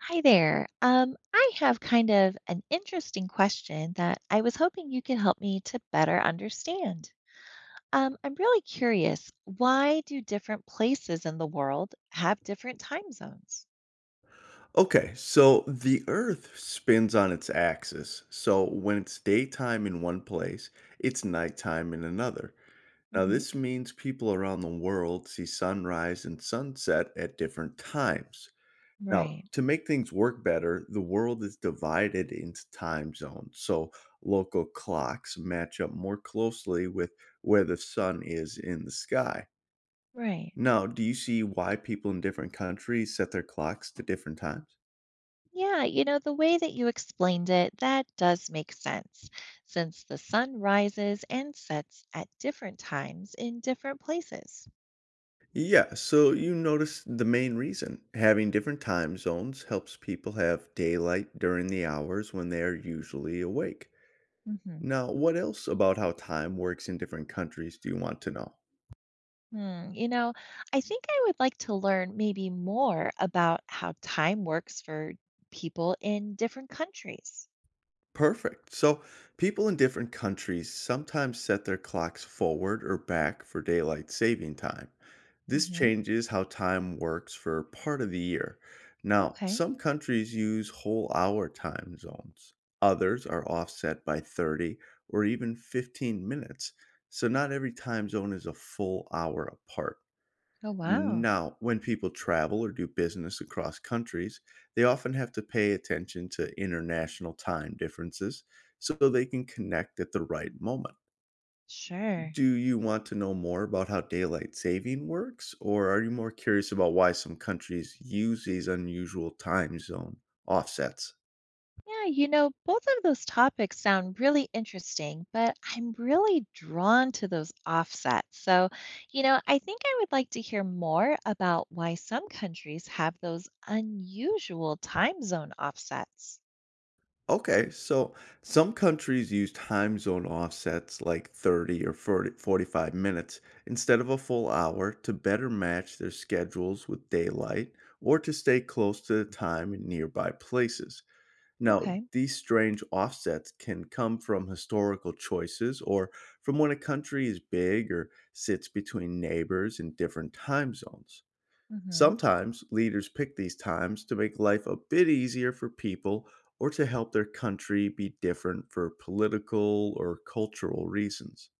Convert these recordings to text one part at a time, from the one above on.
Hi there. I have kind of an interesting question that I was hoping you could help me to better understand. I'm really curious, why do different places in the world have different time zones? Okay, so the Earth spins on its axis. So when it's daytime in one place, it's nighttime in another. Now, Hmm. this means people around the world see sunrise and sunset at different times. Now, Right, to make things work better, the world is divided into time zones. So local clocks match up more closely with where the sun is in the sky. right. Now, do you see why people in different countries set their clocks to different times? Yeah, the way that you explained it, that does make sense, since the sun rises and sets at different times in different places. Yeah, so you notice the main reason. Having different time zones helps people have daylight during the hours when they are usually awake. Hmm. Now, what else about how time works in different countries do you want to know? Hmm, I think I would like to learn maybe more about how time works for people in different countries. Perfect. So, people in different countries sometimes set their clocks forward or back for daylight saving time. This Hmm. changes how time works for part of the year. Now, Okay. some countries use whole hour time zones, others are offset by 30 or even 15 minutes. So, not every time zone is a full hour apart. Oh, wow. Now, when people travel or do business across countries, they often have to pay attention to international time differences so they can connect at the right moment. Sure. Do you want to know more about how daylight saving works, or are you more curious about why some countries use these unusual time zone offsets? Yeah, both of those topics sound really interesting, but I'm really drawn to those offsets. So, I think I would like to hear more about why some countries have those unusual time zone offsets. Okay, so some countries use time zone offsets like 30 or forty-five minutes instead of a full hour to better match their schedules with daylight or to stay close to the time in nearby places. Now, Okay. these strange offsets can come from historical choices or from when a country is big or sits between neighbors in different time zones. Hmm. Sometimes leaders pick these times to make life a bit easier for people or to help their country be different for political or cultural reasons.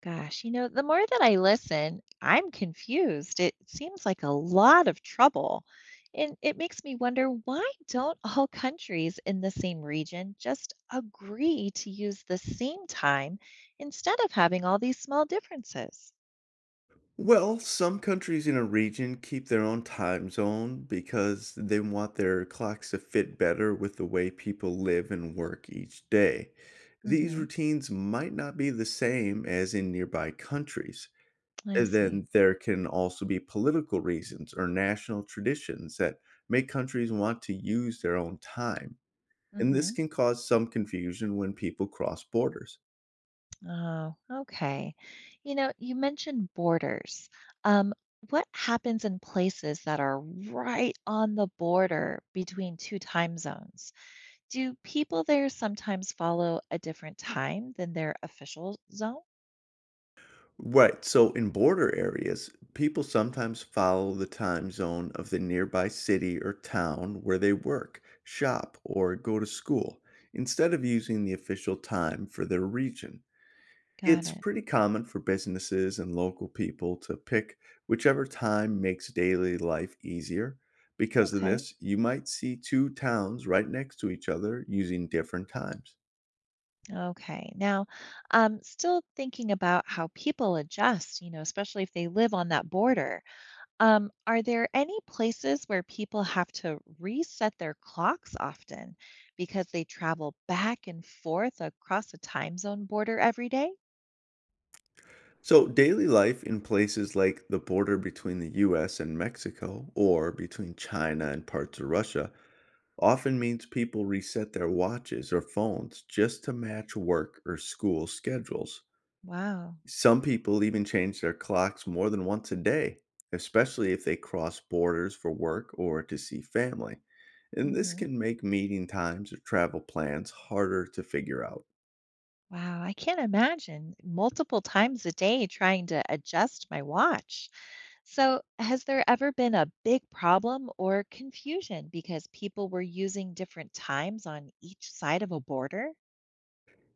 Gosh, the more that I listen, I'm confused. It seems like a lot of trouble. And it makes me wonder, why don't all countries in the same region just agree to use the same time instead of having all these small differences? Well, some countries in a region keep their own time zone because they want their clocks to fit better with the way people live and work each day. These Hmm. routines might not be the same as in nearby countries. I And see. then there can also be political reasons or national traditions that make countries want to use their own time. And this Hmm. can cause some confusion when people cross borders. Oh, okay. You know, you mentioned borders. Um, what happens in places that are right on the border between two time zones? Do people there sometimes follow a different time than their official zone? Right, so in border areas, people sometimes follow the time zone of the nearby city or town where they work, shop, or go to school, instead of using the official time for their region. Got It's it. pretty common for businesses and local people to pick whichever time makes daily life easier. Because of Okay. this, you might see two towns right next to each other using different times. Okay. Now, still thinking about how people adjust, you know, especially if they live on that border. Are there any places where people have to reset their clocks often because they travel back and forth across a time zone border every day? So, daily life in places like the border between the US and Mexico or between China and parts of Russia often means people reset their watches or phones just to match work or school schedules. Wow. Some people even change their clocks more than once a day, especially if they cross borders for work or to see family. And this Hmm. can make meeting times or travel plans harder to figure out. Wow. I can't imagine multiple times a day trying to adjust my watch. So, has there ever been a big problem or confusion because people were using different times on each side of a border?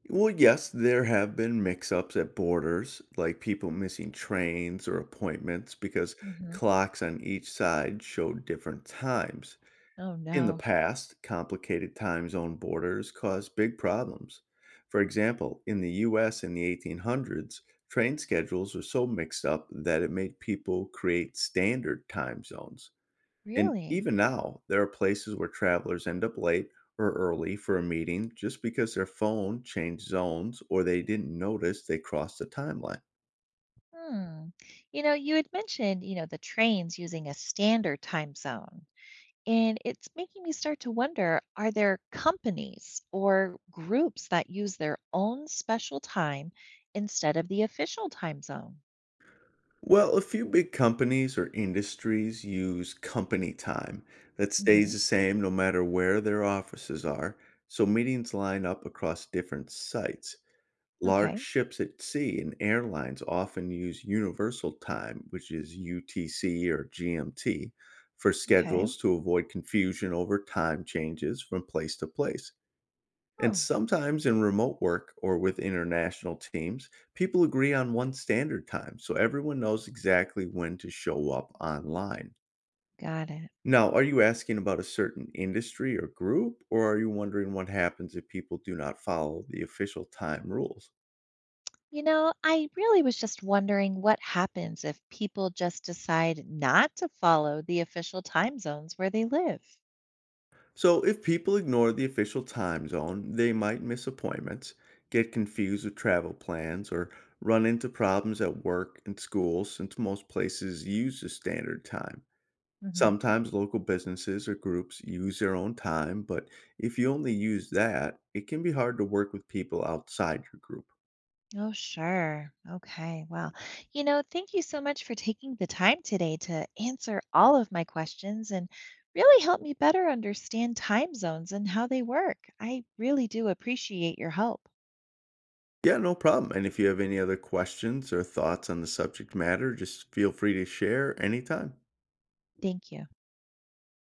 Well, yes, there have been mix ups at borders, like people missing trains or appointments because Hmm. clocks on each side showed different times. Oh, In the no. past, complicated time zone borders caused big problems. For example, in the US in the 1800s, train schedules were so mixed up that it made people create standard time zones. And Really? even now, there are places where travelers end up late or early for a meeting just because their phone changed zones or they didn't notice they crossed the timeline. Hmm. You had mentioned, the trains using a standard time zone. And it's making me start to wonder, are there companies or groups that use their own special time instead of the official time zone? Well, a few big companies or industries use company time that stays Hmm. the same no matter where their offices are, so meetings line up across different sites. Large Okay. ships at sea and airlines often use universal time, which is UTC or GMT, for Okay. schedules to avoid confusion over time changes from place to place. And Oh, sometimes in remote work or with international teams, people agree on one standard time, so everyone knows exactly when to show up online. got it. Now, are you asking about a certain industry or group, or are you wondering what happens if people do not follow the official time rules? I really was just wondering what happens if people just decide not to follow the official time zones where they live. So, if people ignore the official time zone, they might miss appointments, get confused with travel plans, or run into problems at work and school since most places use the standard time. Hmm. Sometimes local businesses or groups use their own time, but if you only use that, it can be hard to work with people outside your group. Oh, sure. Okay. Well, thank you so much for taking the time today to answer all of my questions and really help me better understand time zones and how they work. I really do appreciate your help. Yeah, no problem. And if you have any other questions or thoughts on the subject matter, just feel free to share anytime. Thank you.